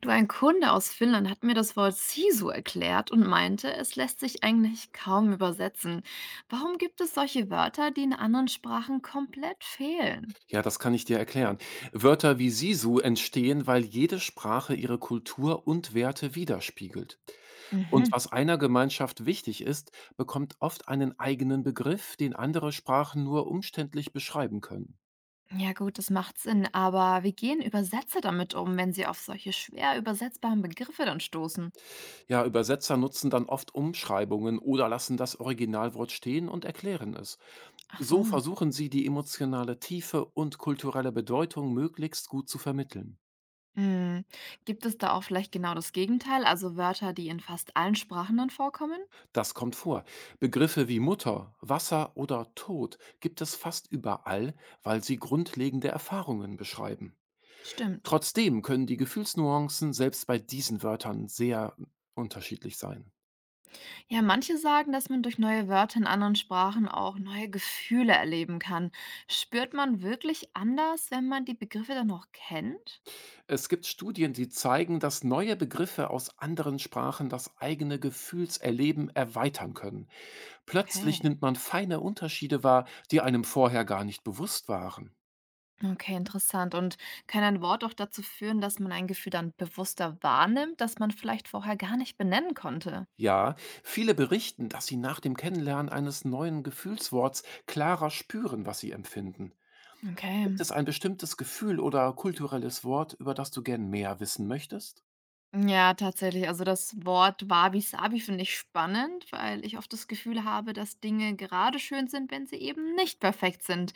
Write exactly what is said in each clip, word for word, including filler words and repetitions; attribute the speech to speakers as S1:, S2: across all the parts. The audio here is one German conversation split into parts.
S1: Du, ein Kunde aus Finnland hat mir das Wort Sisu erklärt und meinte, es lässt sich eigentlich kaum übersetzen. Warum gibt es solche Wörter, die in anderen Sprachen komplett fehlen?
S2: Ja, das kann ich dir erklären. Wörter wie Sisu entstehen, weil jede Sprache ihre Kultur und Werte widerspiegelt. Und
S1: Mhm.
S2: was einer Gemeinschaft wichtig ist, bekommt oft einen eigenen Begriff, den andere Sprachen nur umständlich beschreiben können.
S1: Ja gut, das macht Sinn, aber wie gehen Übersetzer damit um, wenn sie auf solche schwer übersetzbaren Begriffe dann stoßen?
S2: Ja, Übersetzer nutzen dann oft Umschreibungen oder lassen das Originalwort stehen und erklären es.
S1: Ach so.
S2: So versuchen sie, die emotionale Tiefe und kulturelle Bedeutung möglichst gut zu vermitteln.
S1: Hm. Gibt es da auch vielleicht genau das Gegenteil, also Wörter, die in fast allen Sprachen dann vorkommen?
S2: Das kommt vor. Begriffe wie Mutter, Wasser oder Tod gibt es fast überall, weil sie grundlegende Erfahrungen beschreiben.
S1: Stimmt.
S2: Trotzdem können die Gefühlsnuancen selbst bei diesen Wörtern sehr unterschiedlich sein.
S1: Ja, manche sagen, dass man durch neue Wörter in anderen Sprachen auch neue Gefühle erleben kann. Spürt man wirklich anders, wenn man die Begriffe dann noch kennt?
S2: Es gibt Studien, die zeigen, dass neue Begriffe aus anderen Sprachen das eigene Gefühlserleben erweitern können.
S1: Okay,
S2: Plötzlich nimmt man feine Unterschiede wahr, die einem vorher gar nicht bewusst waren.
S1: okay, interessant. Und kann ein Wort auch dazu führen, dass man ein Gefühl dann bewusster wahrnimmt, das man vielleicht vorher gar nicht benennen konnte?
S2: Ja, viele berichten, dass sie nach dem Kennenlernen eines neuen Gefühlsworts klarer spüren, was sie empfinden. Gibt
S1: Okay.
S2: es ein bestimmtes Gefühl oder kulturelles Wort, über das du gern mehr wissen möchtest?
S1: Ja, tatsächlich. Also das Wort Wabi-Sabi finde ich spannend, weil ich oft das Gefühl habe, dass Dinge gerade schön sind, wenn sie eben nicht perfekt sind.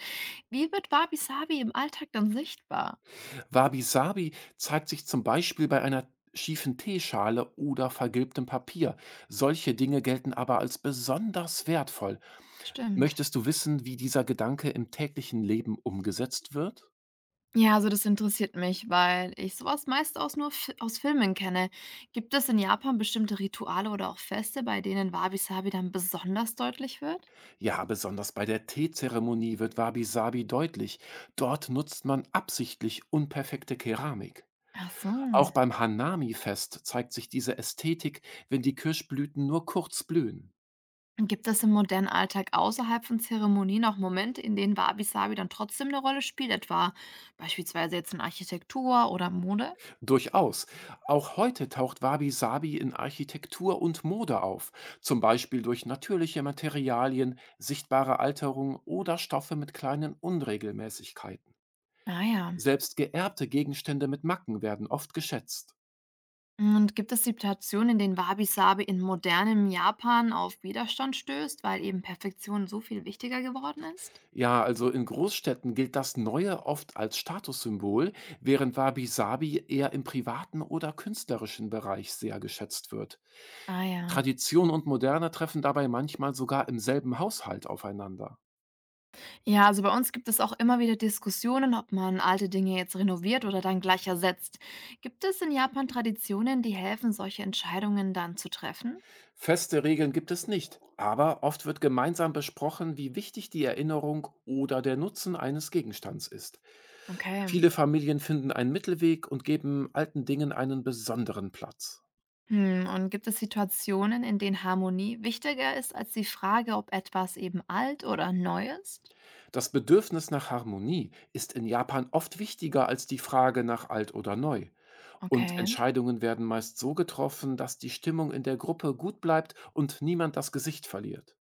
S1: Wie wird Wabi-Sabi im Alltag dann sichtbar?
S2: Wabi-Sabi zeigt sich zum Beispiel bei einer schiefen Teeschale oder vergilbtem Papier. Solche Dinge gelten aber als besonders wertvoll.
S1: Stimmt.
S2: Möchtest du wissen, wie dieser Gedanke im täglichen Leben umgesetzt wird?
S1: Ja, also das interessiert mich, weil ich sowas meist aus nur Fi aus Filmen kenne. Gibt es in Japan bestimmte Rituale oder auch Feste, bei denen Wabi-Sabi dann besonders deutlich wird?
S2: Ja, besonders bei der Teezeremonie wird Wabi-Sabi deutlich. Dort nutzt man absichtlich unperfekte Keramik.
S1: Ach so.
S2: Auch beim Hanami-Fest zeigt sich diese Ästhetik, wenn die Kirschblüten nur kurz blühen.
S1: Und gibt es im modernen Alltag außerhalb von Zeremonien auch Momente, in denen Wabi-Sabi dann trotzdem eine Rolle spielt, etwa beispielsweise jetzt in Architektur oder Mode?
S2: Durchaus. Auch heute taucht Wabi-Sabi in Architektur und Mode auf, zum Beispiel durch natürliche Materialien, sichtbare Alterung oder Stoffe mit kleinen Unregelmäßigkeiten.
S1: Ah ja.
S2: Selbst geerbte Gegenstände mit Macken werden oft geschätzt.
S1: Und gibt es Situationen, in denen Wabi-Sabi in modernem Japan auf Widerstand stößt, weil eben Perfektion so viel wichtiger geworden ist?
S2: Ja, also in Großstädten gilt das Neue oft als Statussymbol, während Wabi-Sabi eher im privaten oder künstlerischen Bereich sehr geschätzt wird.
S1: Ah ja.
S2: Tradition und Moderne treffen dabei manchmal sogar im selben Haushalt aufeinander.
S1: Ja, also bei uns gibt es auch immer wieder Diskussionen, ob man alte Dinge jetzt renoviert oder dann gleich ersetzt. Gibt es in Japan Traditionen, die helfen, solche Entscheidungen dann zu treffen?
S2: Feste Regeln gibt es nicht, aber oft wird gemeinsam besprochen, wie wichtig die Erinnerung oder der Nutzen eines Gegenstands ist.
S1: Okay.
S2: Viele Familien finden einen Mittelweg und geben alten Dingen einen besonderen Platz.
S1: Hm, und gibt es Situationen, in denen Harmonie wichtiger ist als die Frage, ob etwas eben alt oder neu ist?
S2: Das Bedürfnis nach Harmonie ist in Japan oft wichtiger als die Frage nach alt oder neu. Und
S1: Okay.
S2: Entscheidungen werden meist so getroffen, dass die Stimmung in der Gruppe gut bleibt und niemand das Gesicht verliert.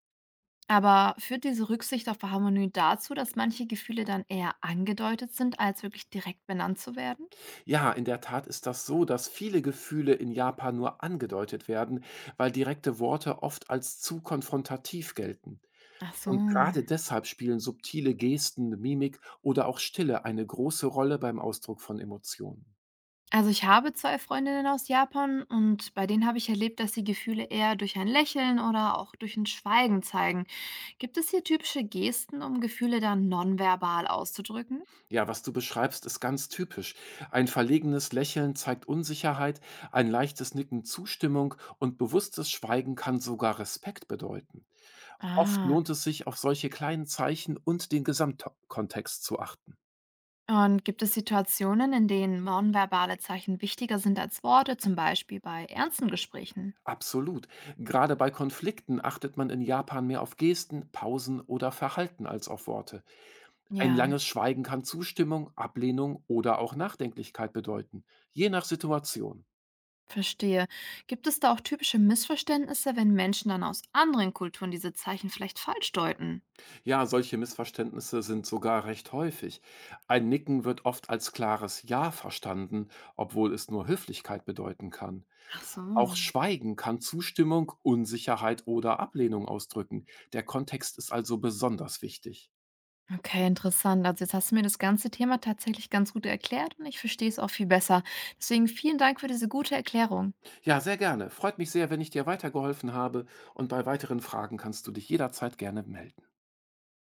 S1: Aber führt diese Rücksicht auf Harmonie dazu, dass manche Gefühle dann eher angedeutet sind, als wirklich direkt benannt zu werden?
S2: Ja, in der Tat ist das so, dass viele Gefühle in Japan nur angedeutet werden, weil direkte Worte oft als zu konfrontativ gelten.
S1: Ach so.
S2: Und gerade deshalb spielen subtile Gesten, Mimik oder auch Stille eine große Rolle beim Ausdruck von Emotionen.
S1: Also ich habe zwei Freundinnen aus Japan und bei denen habe ich erlebt, dass sie Gefühle eher durch ein Lächeln oder auch durch ein Schweigen zeigen. Gibt es hier typische Gesten, um Gefühle dann nonverbal auszudrücken?
S2: Ja, was du beschreibst, ist ganz typisch. Ein verlegenes Lächeln zeigt Unsicherheit, ein leichtes Nicken Zustimmung und bewusstes Schweigen kann sogar Respekt bedeuten. Oft
S1: Ah.
S2: lohnt es sich, auf solche kleinen Zeichen und den Gesamtkontext zu achten.
S1: Und gibt es Situationen, in denen nonverbale Zeichen wichtiger sind als Worte, zum Beispiel bei ernsten Gesprächen?
S2: Absolut. Gerade bei Konflikten achtet man in Japan mehr auf Gesten, Pausen oder Verhalten als auf Worte. Ein
S1: Ja,
S2: langes Schweigen kann Zustimmung, Ablehnung oder auch Nachdenklichkeit bedeuten, je nach Situation.
S1: verstehe. Gibt es da auch typische Missverständnisse, wenn Menschen dann aus anderen Kulturen diese Zeichen vielleicht falsch deuten?
S2: Ja, solche Missverständnisse sind sogar recht häufig. Ein Nicken wird oft als klares Ja verstanden, obwohl es nur Höflichkeit bedeuten kann.
S1: Ach so.
S2: Auch Schweigen kann Zustimmung, Unsicherheit oder Ablehnung ausdrücken. Der Kontext ist also besonders wichtig.
S1: Okay, interessant. Also jetzt hast du mir das ganze Thema tatsächlich ganz gut erklärt und ich verstehe es auch viel besser. Deswegen vielen Dank für diese gute Erklärung.
S2: Ja, sehr gerne. Freut mich sehr, wenn ich dir weitergeholfen habe und bei weiteren Fragen kannst du dich jederzeit gerne melden.